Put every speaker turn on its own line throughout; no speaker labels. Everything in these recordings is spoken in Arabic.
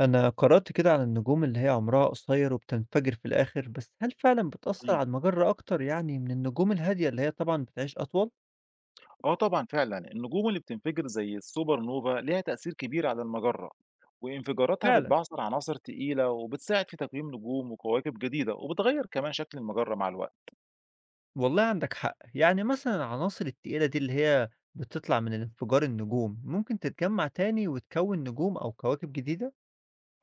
أنا قرأت كده عن النجوم اللي هي عمرها قصير وبتنفجر في الآخر، بس هل فعلا بتأثر
إمم.
على المجرة أكتر يعني من النجوم الهادية اللي هي طبعا بتعيش أطول؟
آه طبعًا فعلًا، النجوم اللي بتنفجر زي السوبر نوفا ليها تأثير كبير على المجرة، وانفجاراتها
فعلا
بتبعثر عناصر تقيلة وبتساعد في تكوين نجوم وكواكب جديدة، وبتغيّر كمان شكل المجرة مع الوقت.
والله عندك حق، يعني مثلا العناصر التقيلة دي اللي هي بتطلع من انفجار النجوم ممكن تتجمع تاني وتكون نجوم أو كواكب جديدة؟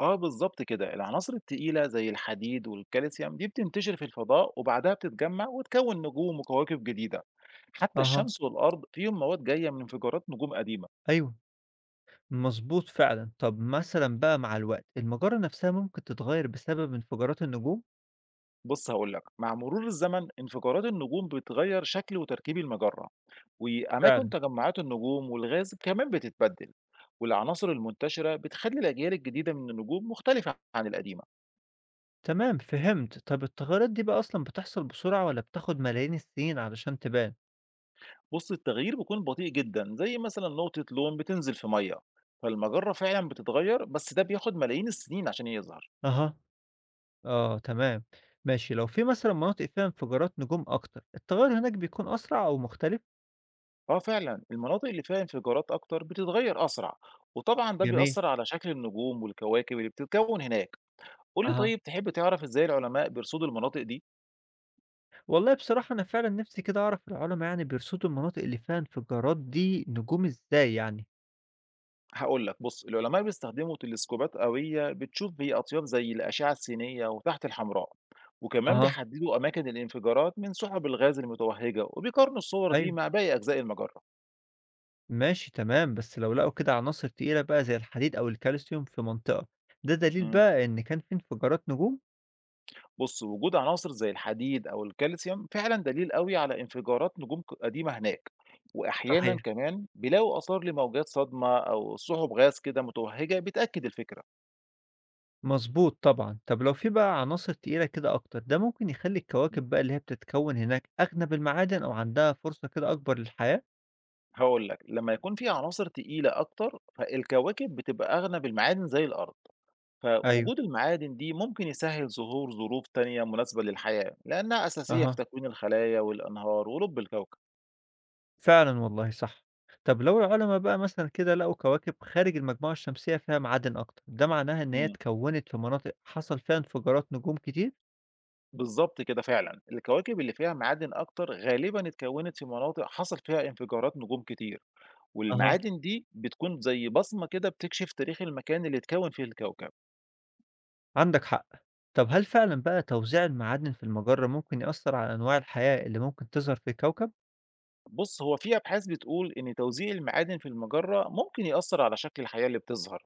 آه بالضبط كده، العناصر التقيلة زي الحديد والكالسيوم دي بتنتشر في الفضاء وبعدها بتتجمع وتكوّن نجوم وكواكب جديدة. حتى
أها،
الشمس والأرض فيهم مواد جاية من انفجارات نجوم قديمة.
أيوه، مظبوط فعلا. طب مثلا بقى مع الوقت المجرة نفسها ممكن تتغير بسبب انفجارات النجوم؟
بُص هاقول لك، مع مرور الزمن انفجارات النجوم بتغيّر شكل وتركيب المجرة. وأماكن
فعلا.
تجمعات النجوم والغاز كمان بتتبدل، والعناصر المنتشرة بتخلي الأجيال الجديدة من النجوم مختلفة عن القديمة.
تمام، فهمت. طب التغيرات دي بقى أصلًا بتحصل بسرعة والّا بتاخد ملايين السنين علشان تبان؟
بص التغيير بيكون بطيء جدا زي مثلا نقطة لون بتنزل في مية، فالمجرة فعلا بتتغير بس ده بياخد ملايين السنين عشان يظهر.
أها، آه تمام، ماشي. لو في مثلًا مناطق فيها انفجارات نجوم أكتر، التغير هناك بيكون أسرع أو مختلف؟
اه فعلا المناطق اللي فيها انفجارات أكتر بتتغير أسرع، وطبعا ده
جميل،
بيأثر على شكل النجوم والكواكب اللي بتتكون هناك. قول لي
أها،
طيب، تحب تعرف ازاي العلماء بيرصدوا المناطق دي؟
والله بصراحة أنا فعلًا نفسي كده أعرف العلماء يعني بيرصدوا المناطق اللي فيها انفجارات دي نجوم إزاي يعني؟
هاقول لك، بُص العلماء بيستخدموا تلسكوبات قوية بتشوف هي أطياف زي الأشعة السينية وتحت الحمراء، وكمان
أها،
بيحددوا أماكن الانفجارات من سحب الغاز المتوهجة، وبيقارنوا الصور دي
أيوه،
مع باقي أجزاء المجرة.
ماشي تمام. بس لو لقوا كده عناصر تقيلة بقى زي الحديد أو الكالسيوم في منطقة، ده دليل
إمم،
بقى إن كان في انفجارات نجوم؟
بُص وجود عناصر زي الحديد أو الكالسيوم فعلًا دليل قوي على انفجارات نجوم قديمة هناك، وأحيانًا
صحيح.
كمان بيلاقوا آثار لموجات صدمة أو سحب غاز كده متوهجة بتأكد الفكرة.
مضبوط طبعًا. طب لو في بقى عناصر تقيلة كده أكتر، ده ممكن يخلّي
إمم،
الكواكب بقى اللي هي بتتكوّن هناك أغنى بالمعادن أو عندها فرصة كده أكبر للحياة؟
هاقول لك، لما يكون في عناصر تقيلة أكتر، فالكواكب بتبقى أغنى بالمعادن زي الأرض.
أيوه،
فوجود المعادن دي ممكن يسهل ظهور ظروف تانية مناسبة للحياة لأنها أساسية في
أها،
تكوين الخلايا والأنهار ولب الكوكب.
فعلًا والله صح. طب لو العلماء بقى مثلًا كده لقوا كواكب خارج المجموعة الشمسية فيها معادن أكتر، ده معناها إن هي
مم.
اتكوّنت في مناطق حصل فيها انفجارات نجوم كتير؟
بالظبط كده فعلا الكواكب اللي فيها معادن أكتر غالبا اتكونت في مناطق حصل فيها انفجارات نجوم كتير،
أها،
والمعادن دي بتكون زي بصمة كده بتكشف تاريخ المكان اللي اتكون فيه الكوكب.
عندك حق. طب هل فعلًا بقى توزيع المعادن في المجرة ممكن يأثّر على أنواع الحياة اللي ممكن تظهر في الكوكب؟
بص هو في أبحاث بتقول إن توزيع المعادن في المجرة ممكن يأثر على شكل الحياة اللي بتظهر،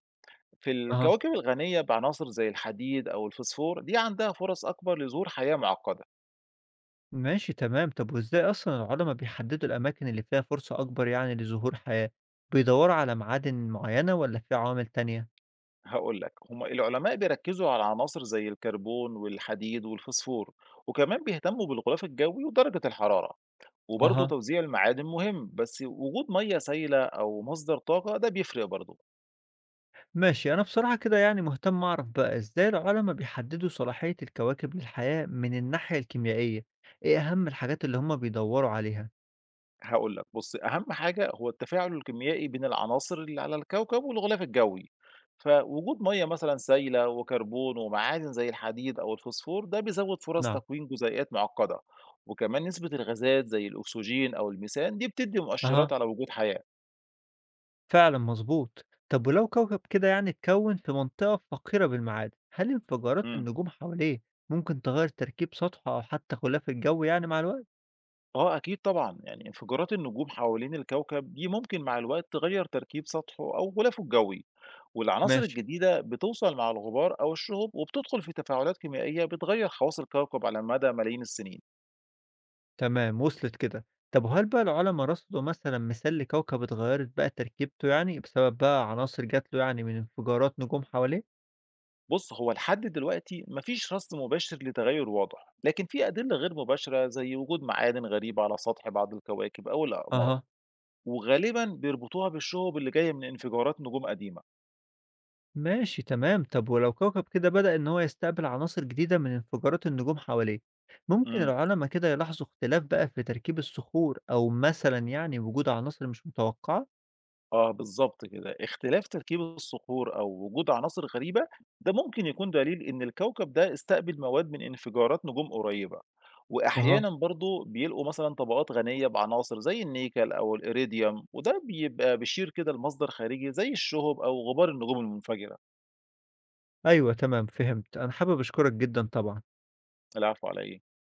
في
أها.
الكواكب الغنية بعناصر زي الحديد أو الفسفور دي عندها فرص أكبر لظهور حياة معقدة.
ماشي تمام. طب وإزاي أصلًا العُلَما بيحدّدوا الأماكن اللي فيها فرصة أكبر يعني لظهور حياة، بيدوّروا على معادن معيّنة والّا في عوامل تانية؟
هقول لك، هم العلماء بيركزوا على عناصر زي الكربون والحديد والفسفور، وكمان بيهتموا بالغلاف الجوي ودرجة الحرارة، وبرضه
أها.
توزيع المعادن مهم بس وجود مية سائلة أو مصدر طاقة ده بيفرق برضه.
ماشي، أنا بصراحة كده يعني مهتم أعرف بقى إزاي العُلَما بيحدّدوا صلاحية الكواكب للحياة من الناحية الكيميائية، إيه أهم الحاجات اللي هُم بيدوّروا عليها؟
هاقول لك، بُص أهم حاجة هو التفاعل الكيميائي بين العناصر اللي على الكوكب والغلاف الجوي، فوجود مَيّة مثلًا سايلة وكربون ومعادن زي الحديد أو الفوسفور ده بيزوّد فرص
نعم،
تكوين جزيئات معقدة، وكمان نسبة الغازات زي الأكسجين أو الميثان دي بتدّي
أها.
مؤشرات على وجود حياة.
فعلًا مضبوط. طب ولو كوكب كده يعني اتكوّن في منطقة فقيرة بالمعادن، هل انفجارات
إمم.
النجوم حواليه ممكن تغيّر تركيب سطحه أو حتى غلاف الجو يعني مع الوقت؟
آه أكيد طبعًا، يعني انفجارات النجوم حوالين الكوكب دي ممكن مع الوقت تغيّر تركيب سطحه أو غلافه الجوي، والعناصر
ماشي.
الجديدة بتوصل مع الغبار أو الشهب وبتدخل في تفاعلات كيميائية بتغيّر خواص الكوكب على مدى ملايين السنين.
تمام، وصلت كده. طب وهل بقى العلما رصدوا مثلًا مثال لكوكب اتغيّرت بقى تركيبته يعني بسبب بقى عناصر جات له يعني من انفجارات نجوم حواليه؟
بُص، هو لحد دلوقتي ما فيش رصد مباشر لتغير واضح، لكن في أدلة غير مباشرة زي وجود معادن غريبة على سطح بعض الكواكب أو الأقمار،
أها.
وغالبًا بيربطوها بالشهب اللي جاية من انفجارات نجوم قديمة.
ماشي تمام. طب ولو كوكب كده بدأ إن هو يستقبل عناصر جديدة من انفجارات النجوم حواليه، ممكن
إمم.
العلما كده يلاحظوا اختلاف بقى في تركيب الصخور أو مثلًا يعني وجود عناصر مش متوقعة؟
آه، بالضبط كده. اختلاف تركيب الصخور أو وجود عناصر غريبة، ده ممكن يكون دليل إن الكوكب ده استقبل مواد من انفجارات نجوم قريبة،
أها.
وأحيانًا برضه بيلاقوا مثلًا طبقات غنية بعناصر زي النيكل أو الإيريديوم، وده بيبقى بيشير كده لمصدر خارجي زي الشهب أو غبار النجوم المنفجرة.
أيوه تمام، فهمت. أنا حابب أشكرك جدًا طبعًا.
العفو على إيه؟